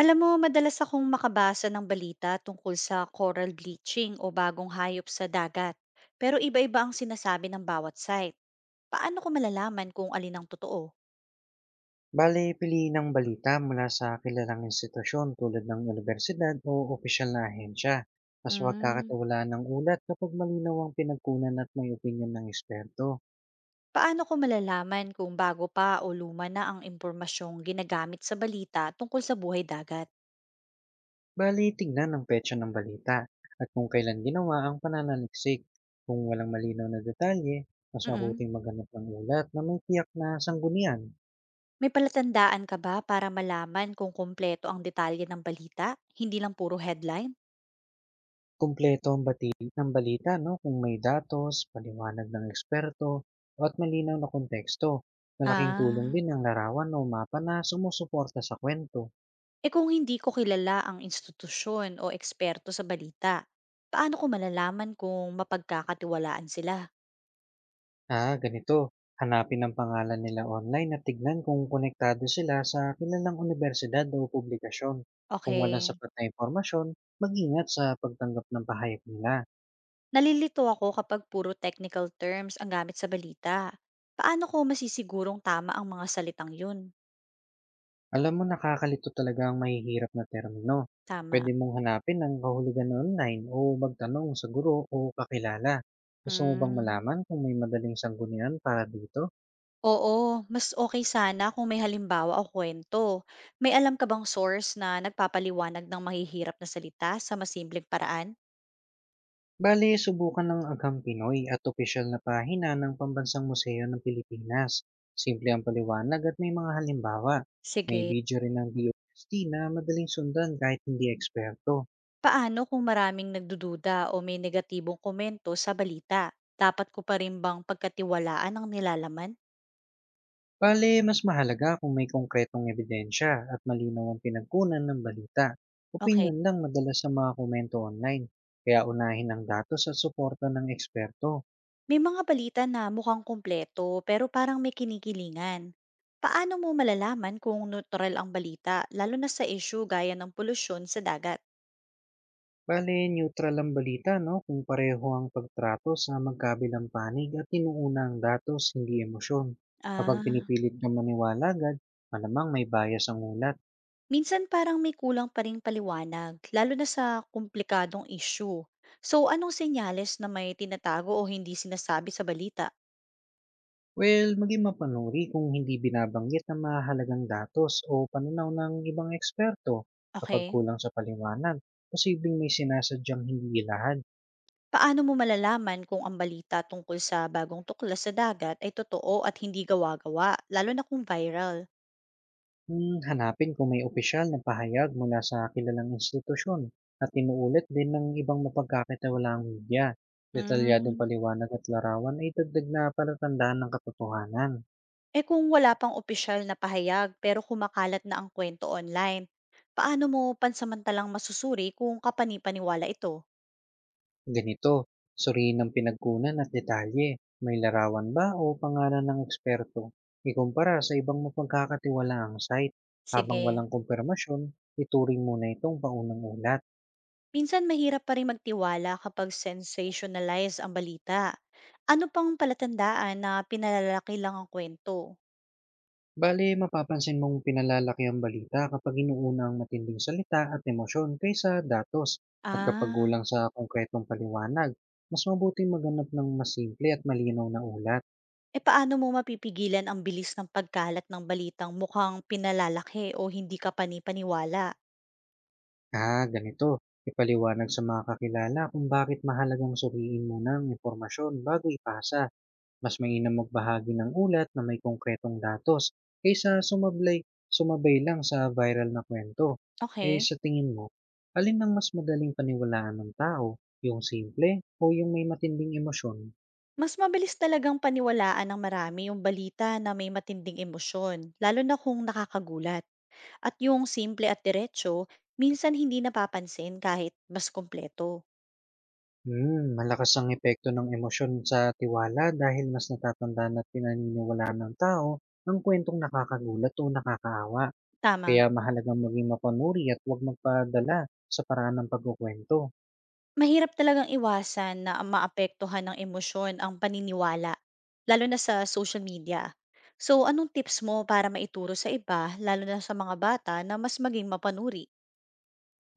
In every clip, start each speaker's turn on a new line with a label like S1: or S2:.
S1: Alam mo, madalas akong makabasa ng balita tungkol sa coral bleaching o bagong hayop sa dagat. Pero iba-iba ang sinasabi ng bawat site. Paano ko malalaman kung alin ang totoo?
S2: Bale, piliin ang balita mula sa kilalang institusyon tulad ng unibersidad o opisyal na ahensya. Mas huwag
S1: Mm.
S2: kakatiwalaan ng ulat kapag malinaw ang pinagkunan at may opinyon ng eksperto.
S1: Paano ko malalaman kung bago pa o luma na ang impormasyong ginagamit sa balita tungkol sa buhay dagat?
S2: Bale, tignan ang petsa ng balita at kung kailan ginawa ang pananaliksik. Kung walang malinaw na detalye, mas
S1: Mm.
S2: mabuting maghanap ng ulat na may tiyak na sanggunian.
S1: May palatandaan ka ba para malaman kung kumpleto ang detalye ng balita, hindi lang puro headline?
S2: Kumpleto ang bati ang balita 'no, kung may datos, paliwanag ng eksperto at malinaw na konteksto. Malaking tulong
S1: Ah.
S2: din ang larawan o mapa na sumusuporta sa kwento.
S1: Eh kung hindi ko kilala ang institusyon o eksperto sa balita, paano ko malalaman kung mapagkakatiwalaan sila?
S2: Ah, ganito, hanapin ang pangalan nila online at tignan kung konektado sila sa kilalang unibersidad o publikasyon. Kung walang
S1: Okay.
S2: sapat na impormasyon, mag-ingat sa pagtanggap ng pahayag nila.
S1: Nalilito ako kapag puro technical terms ang gamit sa balita. Paano ko masisigurong tama ang mga salitang yun?
S2: Alam mo, nakakalito talaga ang mahihirap na termino.
S1: Tama.
S2: Puwede mong hanapin ang kahulugan online o magtanong sa guro o kakilala. Gusto mo bang
S1: Mm.
S2: malaman kung may madaling sanggunian para dito?
S1: Oo, mas okay sana kung may halimbawa o kwento. May alam ka bang source na nagpapaliwanag ng mahihirap na salita sa masimpleng paraan?
S2: Bale, subukan ng Agham Pinoy at opisyal na pahina ng Pambansang Museo ng Pilipinas. Simple ang paliwanag at may mga halimbawa. May
S1: Sige.
S2: video rin ng DOST na madaling sundan kahit hindi eksperto.
S1: Paano kung maraming nagdududa o may negatibong komento sa balita? Dapat ko pa rin bang pagkatiwalaan ang nilalaman?
S2: Bale, mas mahalaga kung may konkretong ebidensya at malinaw ang pinagkunan ng balita.
S1: Okay.
S2: Opinyon lang madalas sa mga komento online, kaya unahin ang datos at suporta ng eksperto.
S1: May mga balita na mukhang kumpleto pero parang may kinikilingan. Paano mo malalaman kung neutral ang balita, lalo na sa issue gaya ng polusyon sa dagat?
S2: Bale, neutral ang balita, no? Kung pareho ang pagtrato sa magkabilang panig at inuuna ang datos, hindi emosyon. Kapag
S1: Ah,
S2: pinipilit kang maniwala agad, malamang may bias ang ulat.
S1: minsan parang may kulang pa rin paliwanag, lalo na sa komplikadong issue. So, anong senyales na may tinatago o hindi sinasabi sa balita?
S2: Well, maging mapanuri kung hindi binabanggit ang mahalagang datos o pananaw ng ibang eksperto kapag
S1: Okay.
S2: kulang sa paliwanag. Posibleng may sinasadyang hindi ilahan.
S1: Paano mo malalaman kung ang balita tungkol sa bagong tuklas sa dagat ay totoo at hindi gawa-gawa, lalo na kung viral?
S2: Hmm, hanapin kung may opisyal na pahayag mula sa kilalang institusyon at inuulit din ng ibang mapagkakatiwalaang media. Detalyadong
S1: Mm.
S2: paliwanag at larawan ay dagdag na palatandaan ng katotohanan.
S1: Eh kung wala pang opisyal na pahayag pero kumakalat na ang kwento online, paano mo pansamantalang masusuri kung kapanipaniwala ito?
S2: Ganito, suriin ang pinagkunan at detalye. May larawan ba o pangalan ng eksperto? Ikumpara sa ibang mapagkakatiwalaang site. Habang
S1: Sige.
S2: walang kumpirmasyon, ituring muna itong paunang ulat.
S1: Minsan mahirap pa rin magtiwala kapag sensationalize ang balita. Ano pang palatandaan na pinalalaki lang ang kwento?
S2: Bale, mapapansin mong pinalalaki ang balita kapag inuuna ang matinding salita at emosyon kaysa datos. At kapag
S1: Ah.
S2: gulang sa konkretong paliwanag, mas mabuting maganap ng mas simple at malinaw na ulat.
S1: Eh, paano mo mapipigilan ang bilis ng pagkalat ng balitang mukhang pinalalaki o hindi ka pani-paniwala?
S2: Ah, ganito. Ipaliwanag sa mga kakilala kung bakit mahalagang suriin muna ang impormasyon bago ipasa. Mas mainam magbahagi ng ulat na may konkretong datos kaysa sumablay, sumabay lang sa viral na kwento. Eh
S1: Okay.
S2: sa tingin mo, alin ang mas madaling paniwalaan ng tao? Yung simple o yung may matinding emosyon?
S1: Mas mabilis talagang paniwalaan ng marami yung balita na may matinding emosyon, lalo na kung nakakagulat. At yung simple at diretso, minsan hindi napapansin kahit mas kompleto.
S2: Hmm, malakas ang epekto ng emosyon sa tiwala dahil mas natatandaan at pinaniniwalaan ng tao ang kwentong nakakagulat o nakakaawa.
S1: Tama.
S2: Kaya mahalagang maging mapanuri at huwag magpadala sa paraan ng pagkukuwento.
S1: Mahirap talagang iwasan na maapektuhan ng emosyon ang paniniwala, lalo na sa social media. So, anong tips mo para maituro sa iba, lalo na sa mga bata, na mas maging mapanuri?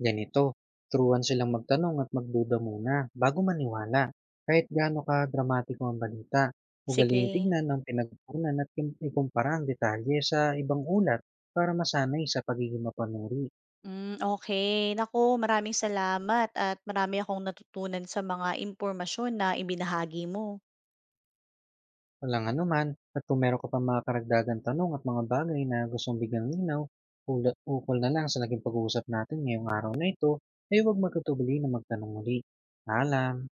S2: Ganito, turuan silang magtanong at magduda muna bago maniwala. Kahit gaano ka dramatiko ang balita, ugaling
S1: Sige.
S2: tignan ang pinagkunan at ikumpara ang detalye sa ibang ulat para masanay sa pagiging mapanuri.
S1: Mm, okay. Nako, maraming salamat at marami akong natutunan sa mga impormasyon na ibinahagi mo.
S2: Walang anuman, at kung meron ka pa mga karagdagan tanong at mga bagay na gustong bigyan ng linaw, ukol na lang sa naging pag-uusap natin ngayong araw na ito, ay huwag magkatubili na magtanong muli. Paalam!